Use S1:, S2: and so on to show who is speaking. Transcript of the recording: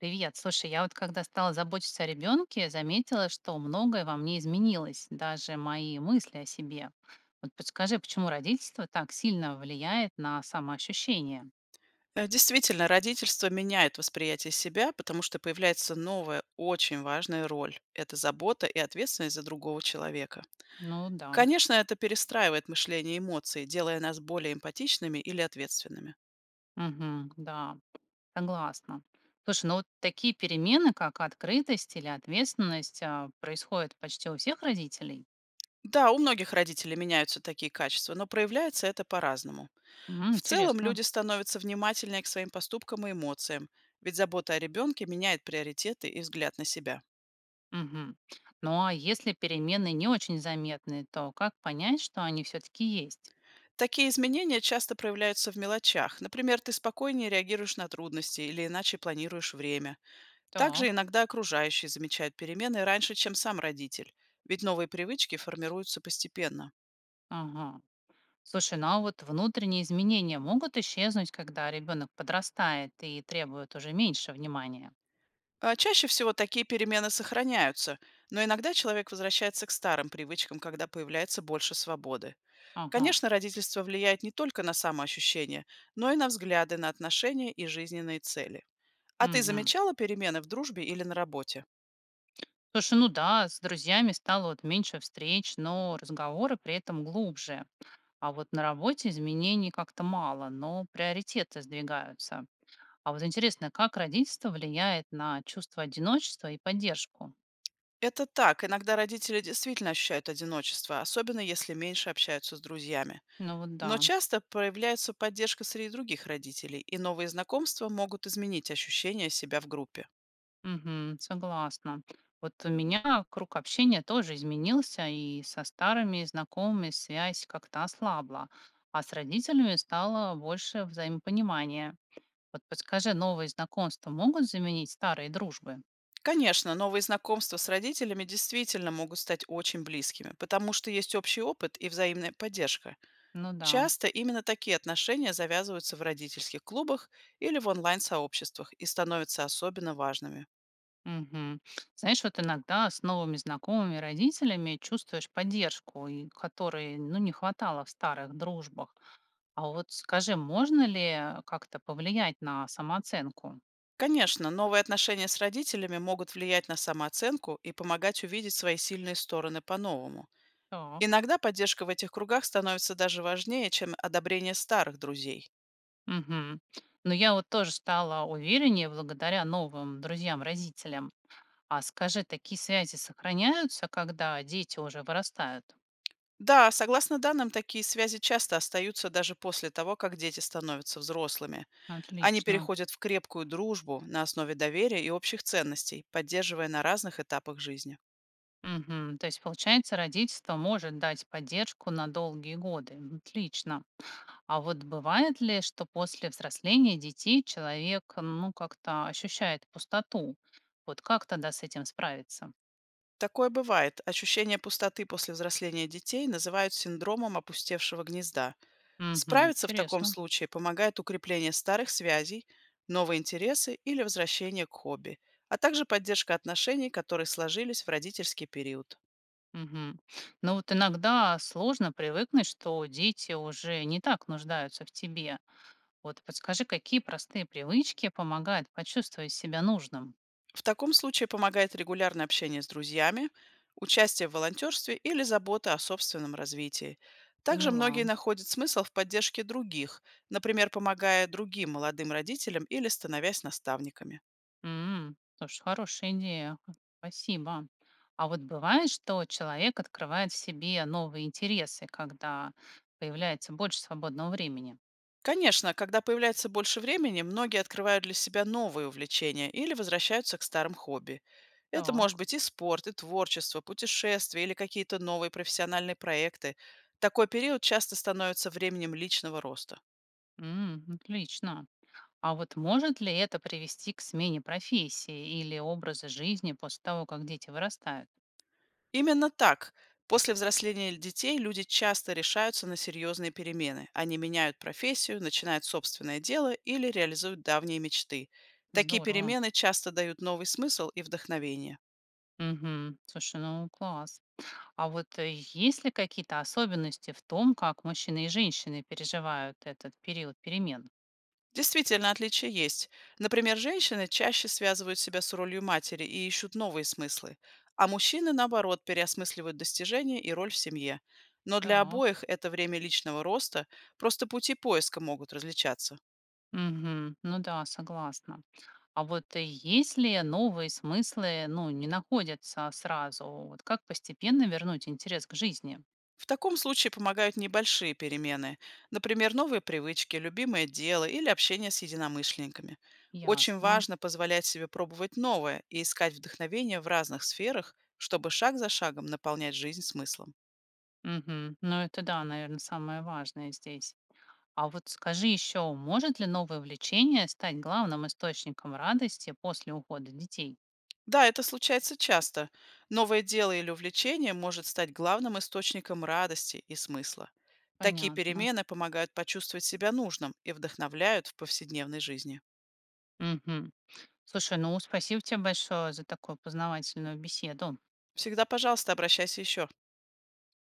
S1: Привет. Слушай, я вот когда стала заботиться о ребенке, заметила, что многое во мне изменилось, даже мои мысли о себе. Вот подскажи, почему родительство так сильно влияет на самоощущение?
S2: Действительно, родительство меняет восприятие себя, потому что появляется новая, очень важная роль. Это забота и ответственность за другого человека.
S1: Ну да.
S2: Конечно, это перестраивает мышление и эмоции, делая нас более эмпатичными или ответственными.
S1: Мгм, да, согласна. Слушай, ну вот такие перемены, как открытость или ответственность, а, происходят почти у всех родителей.
S2: Да, у многих родителей меняются такие качества, но проявляется это по-разному.
S1: М,
S2: В целом
S1: интересно.
S2: люди становятся внимательнее к своим поступкам и эмоциям, ведь забота о ребенке меняет приоритеты и взгляд на себя.
S1: Мгм. Ну а если перемены не очень заметны, то как понять, что они все-таки есть?
S2: Такие изменения часто проявляются в мелочах. Например, ты спокойнее реагируешь на трудности или иначе планируешь время. Также
S1: Так.
S2: иногда окружающие замечают перемены раньше, чем сам родитель, ведь новые привычки формируются постепенно.
S1: Ага. Слушай, ну а вот внутренние изменения могут исчезнуть, когда ребенок подрастает и требует уже меньше внимания.
S2: Чаще всего такие перемены сохраняются, но иногда человек возвращается к старым привычкам, когда появляется больше свободы.
S1: Ага.
S2: Конечно, родительство влияет не только на самоощущение, но и на взгляды на отношения и жизненные цели. А ты
S1: Мгм.
S2: замечала перемены в дружбе или на работе?
S1: Слушай, ну да, с друзьями стало вот меньше встреч, но разговоры при этом глубже. А вот на работе изменений как-то мало, но приоритеты сдвигаются. А вот интересно, как родительство влияет на чувство одиночества и поддержку?
S2: Это так. Иногда родители действительно ощущают одиночество, особенно если меньше общаются с друзьями.
S1: Ну вот да.
S2: Но часто проявляется поддержка среди других родителей, и новые знакомства могут изменить ощущение себя в группе.
S1: Мгм. Согласна. Вот у меня круг общения тоже изменился, и со старыми знакомыми связь как-то ослабла, а с родителями стало больше взаимопонимания. Вот подскажи, новые знакомства могут заменить старые дружбы?
S2: Конечно, новые знакомства с родителями действительно могут стать очень близкими, потому что есть общий опыт и взаимная поддержка.
S1: Ну да.
S2: Часто именно такие отношения завязываются в родительских клубах или в онлайн-сообществах и становятся особенно важными.
S1: Мгм. Знаешь, вот иногда с новыми знакомыми родителями чувствуешь поддержку, и которой, ну, не хватало в старых дружбах. А вот скажи, можно ли как-то повлиять на самооценку?
S2: Конечно, новые отношения с родителями могут влиять на самооценку и помогать увидеть свои сильные стороны по-новому.
S1: Так.
S2: Иногда поддержка в этих кругах становится даже важнее, чем одобрение старых друзей.
S1: Мгм. Но я вот тоже стала увереннее благодаря новым друзьям-родителям. А скажи, такие связи сохраняются, когда дети уже вырастают?
S2: Да, согласно данным, такие связи часто остаются даже после того, как дети становятся взрослыми. Они
S1: Отлично.
S2: переходят в крепкую дружбу на основе доверия и общих ценностей, поддерживая на разных этапах жизни.
S1: Мгм. То есть, получается, родительство может дать поддержку на долгие годы. М, отлично. А вот бывает ли, что после взросления детей человек, ну, как-то ощущает пустоту? Вот как тогда с этим справиться?
S2: Такое бывает. Ощущение пустоты после взросления детей называют синдромом опустевшего гнезда.
S1: Мгм.
S2: Справиться в таком
S1: Интересно.
S2: случае помогает укрепление старых связей, новые интересы или возвращение к хобби, а также поддержка отношений, которые сложились в родительский период.
S1: Мгм. Ну вот иногда сложно привыкнуть, что дети уже не так нуждаются в тебе. Вот подскажи, какие простые привычки помогают почувствовать себя нужным?
S2: В таком случае помогает регулярное общение с друзьями, участие в волонтерстве или забота о собственном развитии. Также многие
S1: Поняла.
S2: находят смысл в поддержке других, например, помогая другим молодым родителям или становясь наставниками.
S1: М, слушай, хорошая идея. Спасибо. А вот бывает, что человек открывает в себе новые интересы, когда появляется больше свободного времени.
S2: Конечно, когда появляется больше времени, многие открывают для себя новые увлечения или возвращаются к старым хобби. Это
S1: Так,
S2: может быть и спорт, и творчество, путешествия или какие-то новые профессиональные проекты. Такой период часто становится временем личного роста.
S1: м, отлично. А вот может ли это привести к смене профессии или образа жизни после того, как дети вырастают?
S2: Именно так. После взросления детей люди часто решаются на серьезные перемены. Они меняют профессию, начинают собственное дело или реализуют давние мечты. Такие
S1: Здорово.
S2: перемены часто дают новый смысл и вдохновение.
S1: Угу. Слушай, ну класс. А вот есть ли какие-то особенности в том, как мужчины и женщины переживают этот период перемен?
S2: Действительно, отличия есть. Например, женщины чаще связывают себя с ролью матери и ищут новые смыслы, а мужчины, наоборот, переосмысливают достижения и роль в семье. Но для
S1: Так.
S2: обоих это время личного роста, просто пути поиска могут различаться.
S1: Угу. Ну да, согласна. А вот есть ли новые смыслы, ну, не находятся сразу? Вот как постепенно вернуть интерес к жизни?
S2: В таком случае помогают небольшие перемены, например, новые привычки, любимое дело или общение с единомышленниками. Очень
S1: Ясно.
S2: важно позволять себе пробовать новое и искать вдохновение в разных сферах, чтобы шаг за шагом наполнять жизнь смыслом.
S1: Угу. Ну это да, наверное, самое важное здесь. А вот скажи еще, может ли новое увлечение стать главным источником радости после ухода детей?
S2: Да, это случается часто. Новое дело или увлечение может стать главным источником радости и смысла. Такие
S1: Понятно.
S2: перемены помогают почувствовать себя нужным и вдохновляют в повседневной жизни.
S1: Мгм. Слушай, ну спасибо тебе большое за такую познавательную беседу.
S2: Всегда, пожалуйста, обращайся еще.